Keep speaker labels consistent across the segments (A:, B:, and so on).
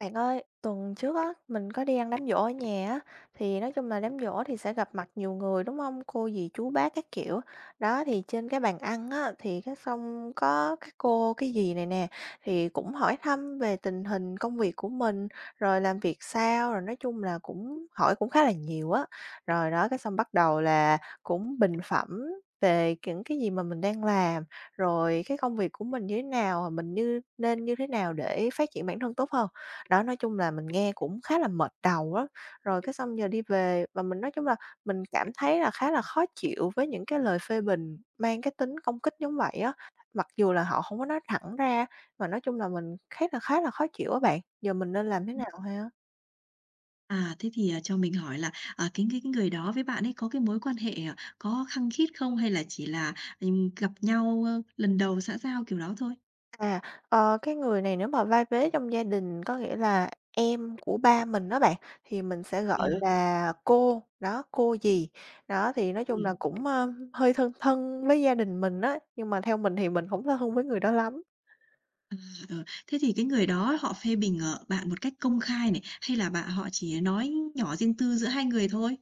A: Bạn ơi, tuần trước á, mình có đi ăn đám giỗ ở nhà á, thì nói chung là đám giỗ thì sẽ gặp mặt nhiều người đúng không? Cô dì chú bác các kiểu. Đó thì trên cái bàn ăn á, thì cái xong có các cô cái dì này nè thì cũng hỏi thăm về tình hình công việc của mình, rồi làm việc sao, rồi nói chung là cũng hỏi cũng khá là nhiều á. Rồi đó cái xong bắt đầu là cũng bình phẩm về những cái gì mà mình đang làm, rồi cái công việc của mình như thế nào, mình nên như thế nào để phát triển bản thân tốt hơn đó, nói chung là mình nghe cũng khá là mệt đầu á, rồi cái xong giờ đi về và mình nói chung là mình cảm thấy là khá là khó chịu với những cái lời phê bình mang cái tính công kích giống vậy á, mặc dù là họ không có nói thẳng ra, mà nói chung là mình khá là khó chịu á bạn. Giờ mình nên làm thế nào ha?
B: Cho mình hỏi là, cái người đó với bạn ấy có cái mối quan hệ, có khăng khít không? Hay là chỉ là gặp nhau, lần đầu xã giao kiểu đó thôi?
A: À, ờ, cái người này nếu mà vai vế trong gia đình có nghĩa là em của ba mình đó bạn, thì mình sẽ gọi là cô, đó, cô dì. Đó, thì nói chung
B: Ừm,
A: là cũng, ơ, hơi thân thân với gia đình mình á, nhưng mà theo mình thì mình không thân với người đó lắm.
B: à, Thế thì cái người đó họ phê bình, bạn một cách công khai này, hay là bạn họ chỉ nói nhỏ riêng tư giữa hai người thôi?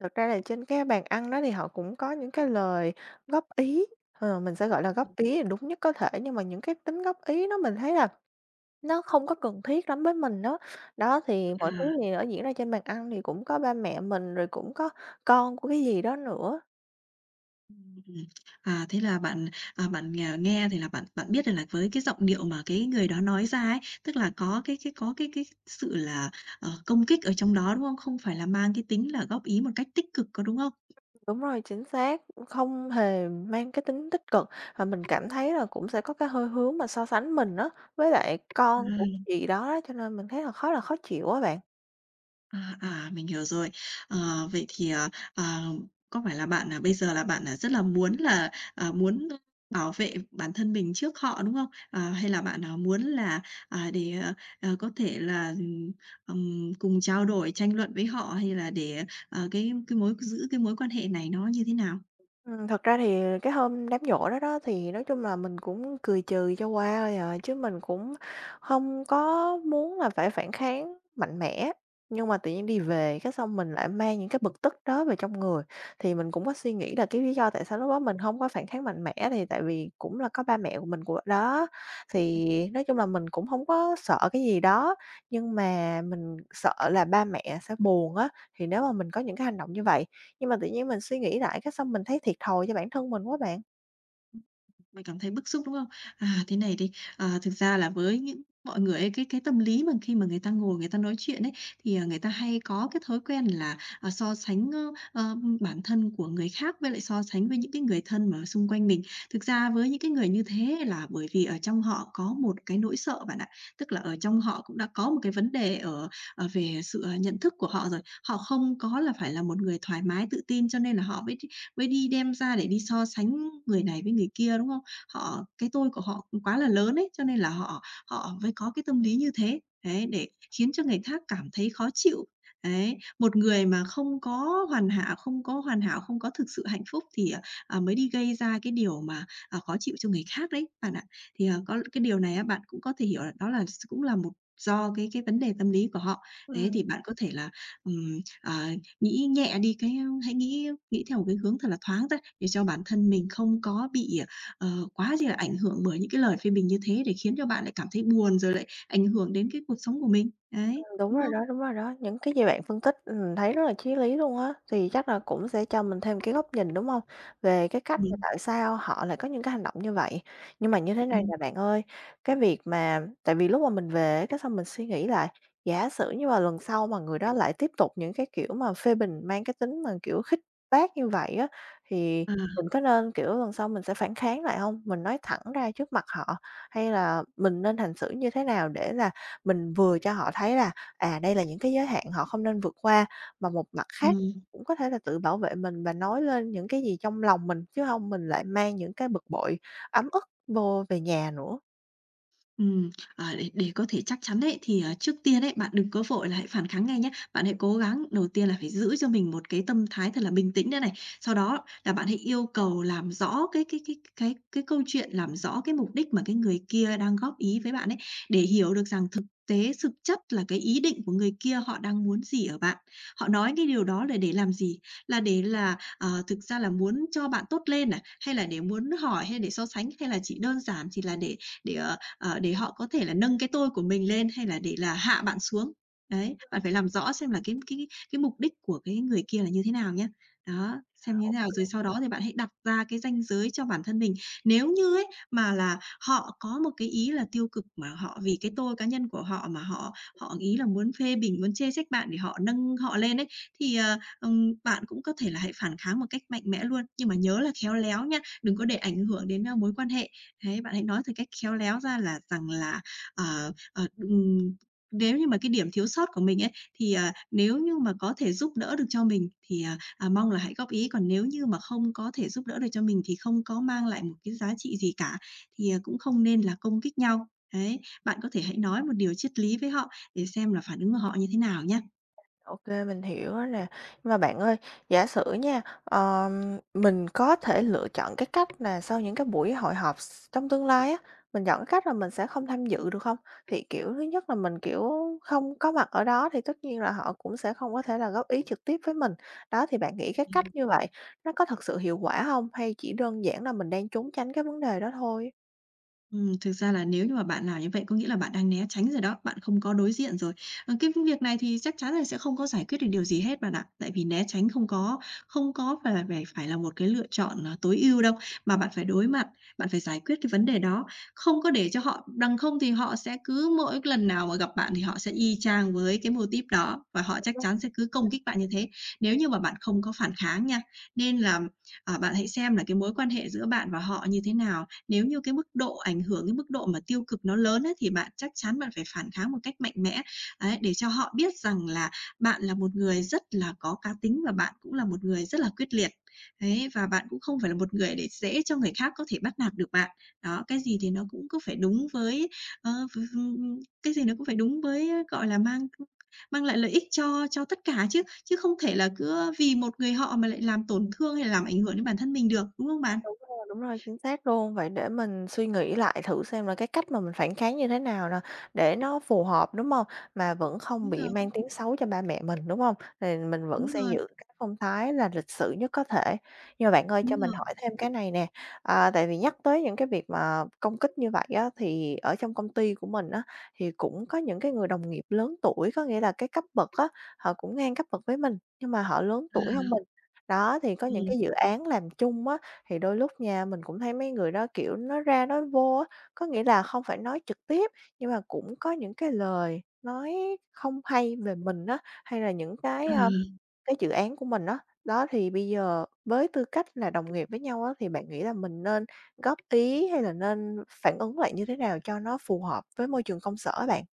A: Thật ra là trên cái bàn ăn đó thì họ cũng có những cái lời góp ý, ờ, mình sẽ gọi là góp ý là đúng nhất có thể, nhưng mà những cái tính góp ý nó mình thấy là nó không có cần thiết lắm với mình đó. Đó, thì mọi thứ
B: À.
A: thì ở diễn ra trên bàn ăn thì cũng có ba mẹ mình, rồi cũng có con của cái gì đó nữa.
B: Ừm. Thế là bạn, bạn nghe thì là bạn bạn biết được là với cái giọng điệu mà cái người đó nói ra ấy, tức là có cái có cái sự là, công kích ở trong đó, đúng không? Không phải là mang cái tính là góp ý một cách tích cực, có đúng không?
A: Đúng rồi, chính xác, không hề mang cái tính tích cực, và mình cảm thấy là cũng sẽ có cái hơi hướng mà so sánh mình đó với lại con của
B: À.
A: cái gì đó, cho nên mình thấy là khá là khó chịu á bạn.
B: À, mình hiểu rồi. Vậy thì, ờ, có phải là bạn, là bây giờ là bạn, là rất là muốn là, muốn bảo vệ bản thân mình trước họ, đúng không? À, hay là bạn, là muốn là, để, có thể là, cùng trao đổi, tranh luận với họ hay là để, cái mối giữ cái mối quan hệ này nó như thế nào?
A: Thật ra thì cái hôm đám giỗ đó đó thì nói chung là mình cũng cười trừ cho qua thôi à, chứ mình cũng không có muốn là phải phản kháng mạnh mẽ. Nhưng mà tự nhiên đi về cái xong mình lại mang những cái bực tức đó về trong người, thì mình cũng có suy nghĩ là cái lý do tại sao lúc đó mình không có phản kháng mạnh mẽ thì tại vì cũng là có ba mẹ của mình của đó. Thì nói chung là mình cũng không có sợ cái gì đó, nhưng mà mình sợ là ba mẹ sẽ buồn á, thì nếu mà mình có những cái hành động như vậy, nhưng mà tự nhiên mình suy nghĩ lại cái xong mình thấy thiệt thòi cho bản thân mình quá bạn.
B: Mày cảm thấy bức xúc, đúng không? À, thế này đi, thực ra là với những mọi người ấy, cái tâm lý mà khi mà người ta ngồi người ta nói chuyện ấy, thì, người ta hay có cái thói quen là, so sánh, bản thân của người khác với lại so sánh với những cái người thân mà xung quanh mình. Thực ra với những cái người như thế là bởi vì ở trong họ có một cái nỗi sợ bạn ạ, tức là ở trong họ cũng đã có một cái vấn đề ở về sự, nhận thức của họ rồi. Họ không có là phải là một người thoải mái, tự tin cho nên là họ mới mới đi đem ra để đi so sánh người này với người kia, đúng không? Họ cái tôi của họ cũng quá là lớn ấy, cho nên là họ họ mới có cái tâm lý như thế. Đấy, để khiến cho người khác cảm thấy khó chịu. Đấy, một người mà không có hoàn hảo, không có thực sự hạnh phúc thì, mới đi gây ra cái điều mà, khó chịu cho người khác đấy, bạn ạ. Thì, có cái điều này á, bạn cũng có thể hiểu là đó là s cũng là một do cái vấn đề tâm lý của họ. Đấy
A: Ừm,
B: thì bạn có thể là, ừm, ờ, nghĩ nhẹ đi cái, hãy nghĩ nghĩ theo một cái hướng thật là thoáng ra để cho bản thân mình không có bị, quá gì là ảnh hưởng bởi những cái lời phê bình như thế để khiến cho bạn lại cảm thấy buồn, rồi lại ảnh hưởng đến cái cuộc sống của mình. Đấy,
A: Ừm, đúng
B: đúng
A: rồi
B: không?
A: đó, đúng rồi đó. Những cái gì bạn phân tích, thấy rất là chí lý luôn á, thì chắc là cũng sẽ cho mình thêm cái góc nhìn, đúng không? Về cái cách mà
B: Ừm,
A: tại sao họ lại có những cái hành động như vậy. Nhưng mà như thế này
B: ừm,
A: nè bạn ơi, cái việc mà tại vì lúc mà mình về á, cái xong mình suy nghĩ lại, giả sử như mà lần sau mà người đó lại tiếp tục những cái kiểu mà phê bình mang cái tính mà, kiểu, khích bác như vậy á, thì
B: à,
A: mình có nên, kiểu, lần sau mình sẽ phản kháng lại không? Mình nói thẳng ra trước mặt họ, hay là mình nên hành xử như thế nào để là mình vừa cho họ thấy là à, đây là những cái giới hạn họ không nên vượt qua, mà một mặt khác
B: ừm.
A: cũng có thể là tự bảo vệ mình và nói lên những cái gì trong lòng mình, chứ không mình lại mang những cái bực bội, ấm ức vô về nhà nữa.
B: Ừm, để có thể chắc chắn đấy thì, trước tiên đấy bạn đừng có vội là hãy phản kháng ngay nhé. Bạn hãy cố gắng đầu tiên là phải giữ cho mình một cái tâm thái thật là bình tĩnh đây này. Sau đó là bạn hãy yêu cầu làm rõ cái câu chuyện, làm rõ cái mục đích mà cái người kia đang góp ý với bạn ấy, để hiểu được rằng thực tế, thực chất là cái ý định của người kia họ đang muốn gì ở bạn. Họ nói cái điều đó là để làm gì? Là để là, thực ra là muốn cho bạn tốt lên à? Hay là để muốn hỏi, hay để so sánh, hay là chỉ đơn giản chỉ là để, để họ có thể là nâng cái tôi của mình lên hay là để là hạ bạn xuống. Đấy, bạn phải làm rõ xem là cái mục đích của cái người kia là như thế nào nhé. Đó, xem như thế nào rồi sau đó thì bạn hãy đặt ra cái ranh giới cho bản thân mình. Nếu như ấy mà là họ có một cái ý là tiêu cực mà họ vì cái tôi cá nhân của họ mà họ họ ý là muốn phê bình, muốn chê trách bạn để họ nâng họ lên ấy, thì, bạn cũng có thể là hãy phản kháng một cách mạnh mẽ luôn. Nhưng mà nhớ là khéo léo nhá, đừng có để ảnh hưởng đến, mối quan hệ. Đấy, bạn hãy nói một cách khéo léo ra là rằng là, ờ, ờ, ừm, nếu như mà cái điểm thiếu sót của mình ấy, thì, nếu như mà có thể giúp đỡ được cho mình thì, mong là hãy góp ý, còn nếu như mà không có thể giúp đỡ được cho mình thì không có mang lại một cái giá trị gì cả, thì, cũng không nên là công kích nhau. Đấy, bạn có thể hãy nói một điều triết lý với họ để xem là phản ứng của họ như thế nào nhé.
A: OK, mình hiểu rồi nè. Nhưng mà bạn ơi, giả sử nha, mình có thể lựa chọn cái cách là sau những cái buổi hội họp trong tương lai á, mình chọn cái cách là mình sẽ không tham dự được không? Thì, kiểu, thứ nhất là mình, kiểu, không có mặt ở đó thì tất nhiên là họ cũng sẽ không có thể là góp ý trực tiếp với mình. Đó, thì bạn nghĩ cái cách như vậy nó có thật sự hiệu quả không? Hay chỉ đơn giản là mình đang trốn tránh cái vấn đề đó thôi?
B: Thực ra là nếu như mà bạn làm như vậy có nghĩa là bạn đang né tránh rồi đó, bạn không có đối diện rồi. Ờ, cái việc này thì chắc chắn là sẽ không có giải quyết được điều gì hết bạn ạ. Tại vì né tránh không có phải là phải phải là một cái lựa chọn, tối ưu đâu, mà bạn phải đối mặt, bạn phải giải quyết cái vấn đề đó, không có để cho họ đằng không thì họ sẽ cứ mỗi cái lần nào mà gặp bạn thì họ sẽ y chang với cái mô típ đó và họ chắc chắn sẽ cứ công kích bạn như thế, nếu như mà bạn không có phản kháng nha. Nên là, bạn hãy xem là cái mối quan hệ giữa bạn và họ như thế nào. Nếu như cái mức độ ảnh hưởng, cái mức độ mà tiêu cực nó lớn ấy, thì bạn chắc chắn phải phản kháng một cách mạnh mẽ, ấy, để cho họ biết rằng là bạn là một người rất là có cá tính và bạn cũng là một người rất là quyết liệt. Đấy, và bạn cũng không phải là một người để dễ cho người khác có thể bắt nạt được bạn. Đó, cái gì thì nó cũng cứ phải đúng với, ơ, v cái gì nó cũng phải đúng với, gọi là, mang mang lại lợi ích cho tất cả chứ, chứ không thể là cứ vì một người họ mà lại làm tổn thương hay là làm ảnh hưởng đến bản thân mình được, đúng không bạn?
A: Đúng rồi, chính xác luôn. Vậy để mình suy nghĩ lại thử xem là cái cách mà mình phản kháng như thế nào nè, để nó phù hợp, đúng không? Mà vẫn không
B: Đúng
A: bị
B: rồi,
A: mang tiếng xấu cho ba mẹ mình, đúng không? Thì mình vẫn
B: đúng
A: sẽ
B: rồi.
A: giữ cái phong thái là lịch sự nhất có thể. Nhưng mà bạn ơi, cho
B: Đúng
A: mình
B: rồi,
A: hỏi thêm cái này nè, à, tại vì nhắc tới những cái việc mà công kích như vậy á, thì ở trong công ty của mình á, thì cũng có những cái người đồng nghiệp lớn tuổi, có nghĩa là cái cấp bậc á, họ cũng ngang cấp bậc với mình, nhưng mà họ lớn tuổi hơn mình. Đó, thì có những
B: ừm,
A: cái dự án làm chung á, thì đôi lúc nha, mình cũng thấy mấy người đó, kiểu, nói ra nói vô á, có nghĩa là không phải nói trực tiếp, nhưng mà cũng có những cái lời nói không hay về mình á, hay là những cái, a,
B: à.
A: cái dự án của mình á. Đó, thì bây giờ với tư cách là đồng nghiệp với nhau á, thì bạn nghĩ là mình nên góp ý hay là nên phản ứng lại như thế nào cho nó phù hợp với môi trường công sở bạn?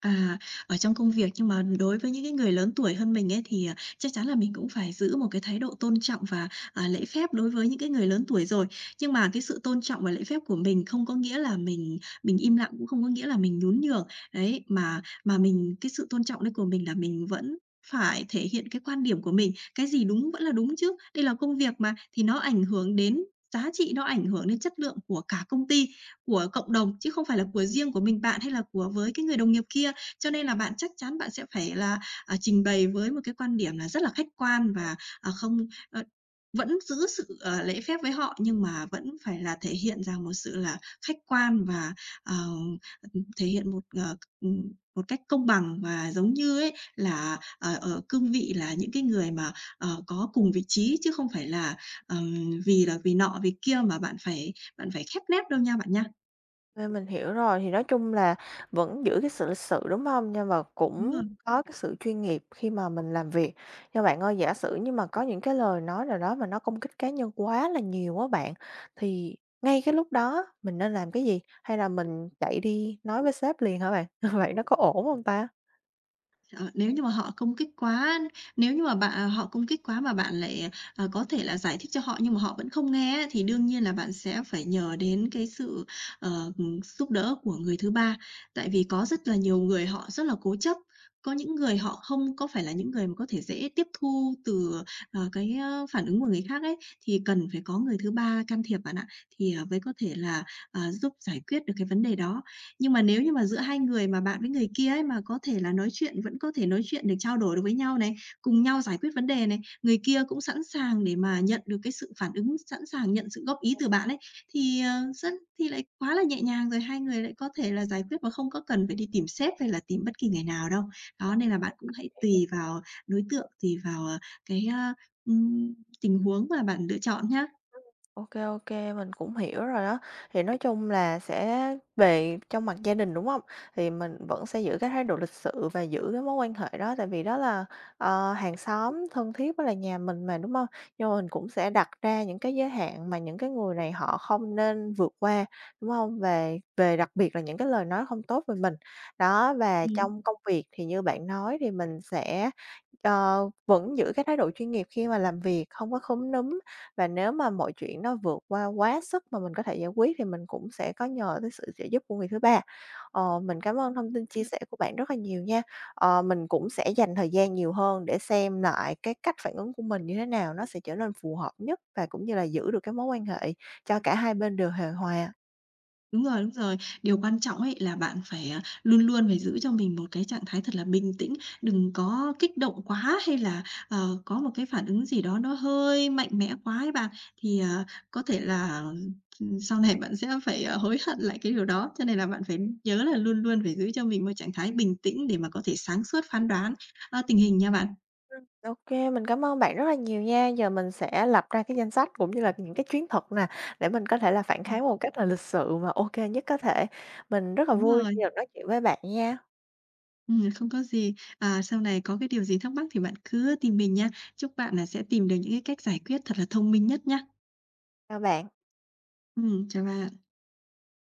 B: À, ở trong công việc nhưng mà đối với những cái người lớn tuổi hơn mình ấy thì, chắc chắn là mình cũng phải giữ một cái thái độ tôn trọng và, lễ phép đối với những cái người lớn tuổi rồi. Nhưng mà cái sự tôn trọng và lễ phép của mình không có nghĩa là mình im lặng, cũng không có nghĩa là mình nhún nhường. Đấy, mà mình cái sự tôn trọng đấy của mình là mình vẫn phải thể hiện cái quan điểm của mình, cái gì đúng vẫn là đúng chứ. Đây là công việc mà, thì nó ảnh hưởng đến giá trị, nó ảnh hưởng đến chất lượng của cả công ty, của cộng đồng chứ không phải là của riêng của mình bạn hay là của với cái người đồng nghiệp kia. Cho nên là bạn chắc chắn sẽ phải là, trình bày với một cái quan điểm là rất là khách quan và, không ờ, vẫn giữ sự, lễ phép với họ nhưng mà vẫn phải là thể hiện rằng một sự là khách quan và, ờ, thể hiện một, một cách công bằng và giống như ấy là, ở cương vị là những cái người mà, có cùng vị trí chứ không phải là, vì là vì nọ vì kia mà bạn phải khép nép đâu nha bạn nha.
A: À, mình hiểu rồi, thì nói chung là vẫn giữ cái sự lịch sự, đúng không? Nhưng mà
B: Đúng
A: cũng
B: rồi.
A: có cái sự chuyên nghiệp khi mà mình làm việc. Nhưng bạn ơi, giả sử nhưng mà có những cái lời nói nào đó mà nó công kích cá nhân quá là nhiều á bạn, thì ngay cái lúc đó mình nên làm cái gì? Hay là mình chạy đi nói với sếp liền hả bạn? Vậy nó có ổn không ta?
B: Ờ, nếu như mà họ công kích quá, nếu như mà họ công kích quá mà bạn lại, có thể là giải thích cho họ nhưng mà họ vẫn không nghe á, thì đương nhiên là bạn sẽ phải nhờ đến cái sự, ờ, giúp đỡ của người thứ ba. Tại vì có rất là nhiều người họ rất là cố chấp, có những người họ không có phải là những người mà có thể dễ tiếp thu từ, phản ứng của người khác ấy, thì cần phải có người thứ ba can thiệp bạn ạ, thì, mới có thể là, giúp giải quyết được cái vấn đề đó. Nhưng mà nếu như mà giữa hai người mà bạn với người kia ấy, mà có thể là nói chuyện vẫn có thể nói chuyện để trao đổi được với nhau này, cùng nhau giải quyết vấn đề này, người kia cũng sẵn sàng để mà nhận được cái sự phản ứng, sẵn sàng nhận sự góp ý từ bạn ấy, thì, ờ, rất thì lại quá là nhẹ nhàng rồi, hai người lại có thể là giải quyết mà không có cần phải đi tìm sếp hay là tìm bất kỳ người nào đâu. Đó, nên là bạn cũng hãy tùy vào đối tượng, tùy vào, cái, a, ừm, tình huống mà bạn lựa chọn nhá.
A: OK, OK, mình cũng hiểu rồi đó. Thì nói chung là sẽ về trong mặt gia đình, đúng không? Thì mình vẫn sẽ giữ cái thái độ lịch sự và giữ cái mối quan hệ đó, tại vì đó là, ờ, hàng xóm thân thiết với là nhà mình mà, đúng không? Nhưng mà mình cũng sẽ đặt ra những cái giới hạn mà những cái người này họ không nên vượt qua, đúng không? Về về đặc biệt là những cái lời nói không tốt về mình. Đó, và trong công việc thì như bạn nói thì mình sẽ, ờ, vẫn giữ cái thái độ chuyên nghiệp khi mà làm việc, không có khúm núm, và nếu mà mọi chuyện nó vượt qua quá sức mà mình có thể giải quyết thì mình cũng sẽ có nhờ tới sự trợ giúp của người thứ ba. Ờ, mình cảm ơn thông tin chia
B: Ừm.
A: sẻ của bạn rất là nhiều nha. Ờ, mình cũng sẽ dành thời gian nhiều hơn để xem lại cái cách phản ứng của mình như thế nào nó sẽ trở nên phù hợp nhất, và cũng như là giữ được cái mối quan hệ cho cả hai bên đều hài hòa.
B: Đúng rồi, đúng rồi. Điều quan trọng ấy là bạn phải, luôn luôn phải giữ cho mình một cái trạng thái thật là bình tĩnh, đừng có kích động quá hay là, có một cái phản ứng gì đó nó hơi mạnh mẽ quá ấy bạn, thì, có thể là, sau này bạn sẽ phải, hối hận lại cái điều đó. Cho nên là bạn phải nhớ là luôn luôn phải giữ cho mình một trạng thái bình tĩnh để mà có thể sáng suốt phán đoán, tình hình nha bạn.
A: OK, mình cảm ơn bạn rất là nhiều nha. Giờ mình sẽ lập ra cái danh sách cũng như là những cái chiến thuật nè, để mình có thể là phản kháng
B: Ừm.
A: một cách là lịch sự mà ok nhất có thể. Mình rất là
B: Đúng
A: vui khi
B: rồi.
A: được nói chuyện với bạn nha.
B: Không có gì. À, sau này có cái điều gì thắc mắc thì bạn cứ tìm mình nha. Chúc bạn là sẽ tìm được những cái cách giải quyết thật là thông minh nhất nhá.
A: Chào bạn.
B: Chào bạn.